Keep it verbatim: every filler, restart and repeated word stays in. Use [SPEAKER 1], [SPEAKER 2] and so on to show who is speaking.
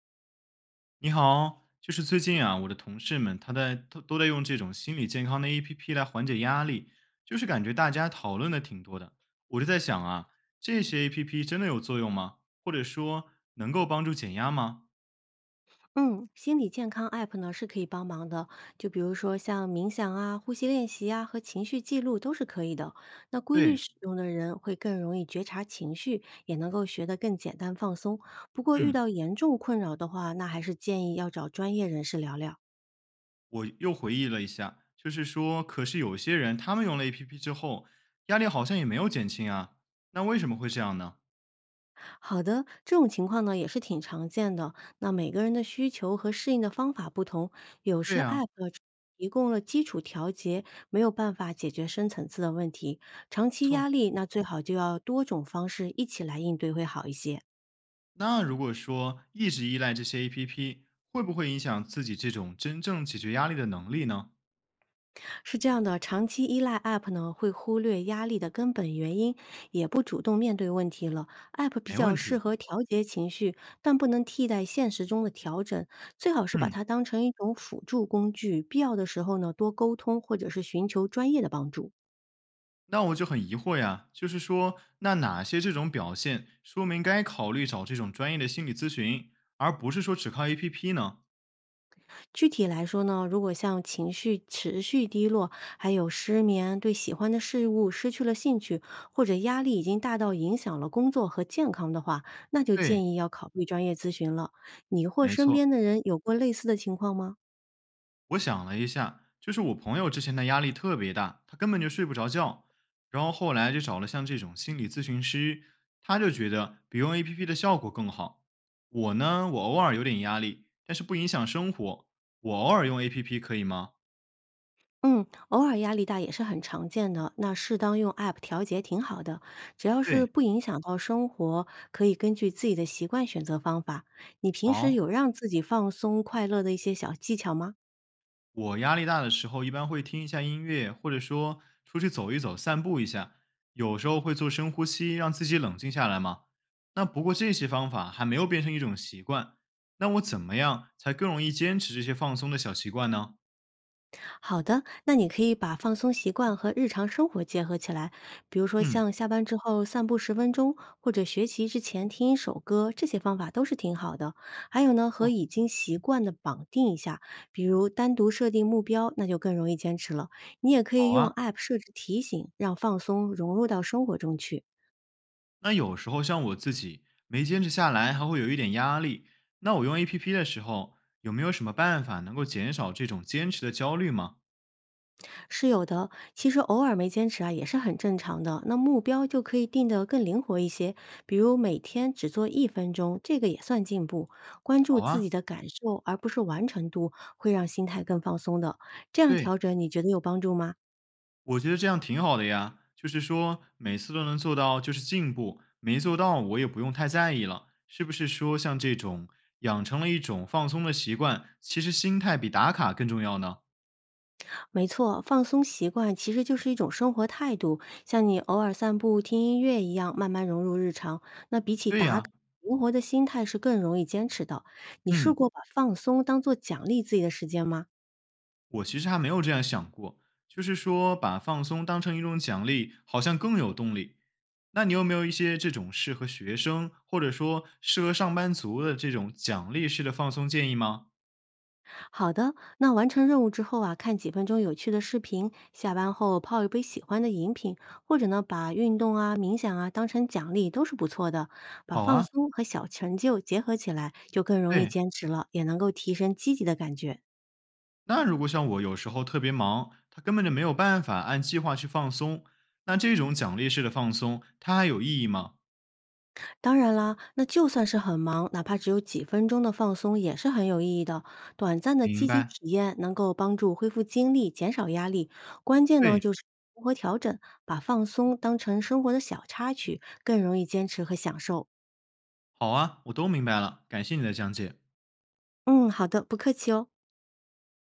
[SPEAKER 1] 你好，就是最近啊，我的同事们他在都都在用这种心理健康的 A P P 来缓解压力，就是感觉大家讨论的挺多的。我就在想啊，这些 A P P 真的有作用吗？或者说能够帮助减压吗？
[SPEAKER 2] 嗯，心理健康 App 呢是可以帮忙的，就比如说像冥想啊、呼吸练习啊和情绪记录都是可以的。那规律
[SPEAKER 1] 对。
[SPEAKER 2] 使用的人会更容易觉察情绪，也能够学得更简单放松。不过遇
[SPEAKER 1] 嗯，
[SPEAKER 2] 到严重困扰的话，那还是建议要找专业人士聊聊。
[SPEAKER 1] 我又回忆了一下，就是说，可是有些人他们用了 A P P 之后，压力好像也没有减轻啊，那为什么会这样呢？
[SPEAKER 2] 好的，这种情况呢也是挺常见的。那每个人的需求和适应的方法不同，有
[SPEAKER 1] 对
[SPEAKER 2] 时
[SPEAKER 1] 呀，
[SPEAKER 2] App 只提供了基础调节，没有办法解决深层次的问题。长
[SPEAKER 1] 没
[SPEAKER 2] 期
[SPEAKER 1] 错。
[SPEAKER 2] 压力，那最好就要多种方式一起来应对会好一些。
[SPEAKER 1] 那如果说一直依赖这些 A P P，会不会影响自己这种真正解决压力的能力呢？
[SPEAKER 2] 是这样的，长期依赖 App 呢，会忽略压力的根本原因，也不主动面对问题了。App 比
[SPEAKER 1] 没
[SPEAKER 2] 较
[SPEAKER 1] 问
[SPEAKER 2] 适
[SPEAKER 1] 题。
[SPEAKER 2] 合调节情绪，但不能替代现实中的调整。最好是把
[SPEAKER 1] 嗯，
[SPEAKER 2] 它当成一种辅助工具，必要的时候呢，多沟通或者是寻求专业的帮助。
[SPEAKER 1] 那我就很疑惑呀，就是说，那哪些这种表现说明该考虑找这种专业的心理咨询，而不是说只靠 A P P 呢？
[SPEAKER 2] 具体来说呢，如果像情绪持续低落，还有失眠，对喜欢的事物失去了兴趣，或者压力已经大到影响了工作和健康的话，那就
[SPEAKER 1] 对，
[SPEAKER 2] 建议要考虑专业咨询了。你或
[SPEAKER 1] 没
[SPEAKER 2] 身
[SPEAKER 1] 错。
[SPEAKER 2] 边的人有过类似的情况吗？
[SPEAKER 1] 我想了一下，就是我朋友之前的压力特别大，他根本就睡不着觉，然后后来就找了像这种心理咨询师，他就觉得比用 A P P 的效果更好。我呢，我偶尔有点压力，但是不影响生活，我偶尔用 A P P 可以吗？
[SPEAKER 2] 嗯，偶尔压力大也是很常见的，那适当用 App 调节挺好的，只要是
[SPEAKER 1] 对，
[SPEAKER 2] 不影响到生活，可以根据自己的习惯选择方法。你平时
[SPEAKER 1] 好。
[SPEAKER 2] 有让自己放松快乐的一些小技巧吗？
[SPEAKER 1] 我压力大的时候，一般会听一下音乐，或者说出去走一走、散步一下，有时候会做深呼吸，让自己冷静下来嘛。那不过这些方法还没有变成一种习惯，那我怎么样才更容易坚持这些放松的小习惯呢？
[SPEAKER 2] 好的，那你可以把放松习惯和日常生活结合起来，比如说
[SPEAKER 1] 嗯，
[SPEAKER 2] 像下班之后散步十分钟，或者学习之前听一首歌，这些方法都是挺好的。还有呢，和
[SPEAKER 1] 哦，
[SPEAKER 2] 已经习惯的绑定一下，比如单独设定目标，那就更容易坚持了。你也可
[SPEAKER 1] 好
[SPEAKER 2] 以用
[SPEAKER 1] 啊。
[SPEAKER 2] App 设置提醒，让放松融入到生活中去。
[SPEAKER 1] 那有时候像我自己没坚持下来，还会有一点压力。那我用 A P P 的时候，有没有什么办法能够减少这种坚持的焦虑吗？
[SPEAKER 2] 是有的，其实偶尔没坚持啊，也是很正常的。那目标就可以定得更灵活一些，比如每天只做一分钟，这个也算进步。关注
[SPEAKER 1] 好
[SPEAKER 2] 自
[SPEAKER 1] 啊，
[SPEAKER 2] 己的感受，而不是完成度，会让心态更放松的。这样
[SPEAKER 1] 对。
[SPEAKER 2] 调整，你觉得有帮助吗？
[SPEAKER 1] 我觉得这样挺好的呀，就是说每次都能做到就是进步，没做到我也不用太在意了。是不是说像这种养成了一种放松的习惯，其实心态比打卡更重要呢？
[SPEAKER 2] 没错，放松习惯其实就是一种生活态度，像你偶尔散步、听音乐一样，慢慢融入日常。那比起
[SPEAKER 1] 对
[SPEAKER 2] 打卡。
[SPEAKER 1] 呀，
[SPEAKER 2] 灵活的心态是更容易坚持的。你试
[SPEAKER 1] 嗯，
[SPEAKER 2] 过把放松当做奖励自己的时间吗？
[SPEAKER 1] 我其实还没有这样想过，就是说把放松当成一种奖励，好像更有动力。那你有没有一些这种适合学生或者说适合上班族的这种奖励式的放松建议吗？
[SPEAKER 2] 好的，那完成任务之后啊，看几分钟有趣的视频，下班后泡一杯喜欢的饮品，或者呢，把运动啊、冥想啊当成奖励都是不错的。把
[SPEAKER 1] 好
[SPEAKER 2] 放
[SPEAKER 1] 啊，
[SPEAKER 2] 松和小成就结合起来，就更容易
[SPEAKER 1] 对。
[SPEAKER 2] 坚持了，也能够提升积极的感觉。
[SPEAKER 1] 那如果像我有时候特别忙，他根本就没有办法按计划去放松，那这种奖励式的放松，它还有意义吗？
[SPEAKER 2] 当然啦，那就算是很忙，哪怕只有几分钟的放松也是很有意义的。短暂的
[SPEAKER 1] 明
[SPEAKER 2] 积极
[SPEAKER 1] 白，
[SPEAKER 2] 体验能够帮助恢复精力，减少压力。关键呢
[SPEAKER 1] 对，
[SPEAKER 2] 就是如何调整，把放松当成生活的小插曲，更容易坚持和享受。
[SPEAKER 1] 好啊，我都明白了，感谢你的讲解。
[SPEAKER 2] 嗯，好的，不客气哦。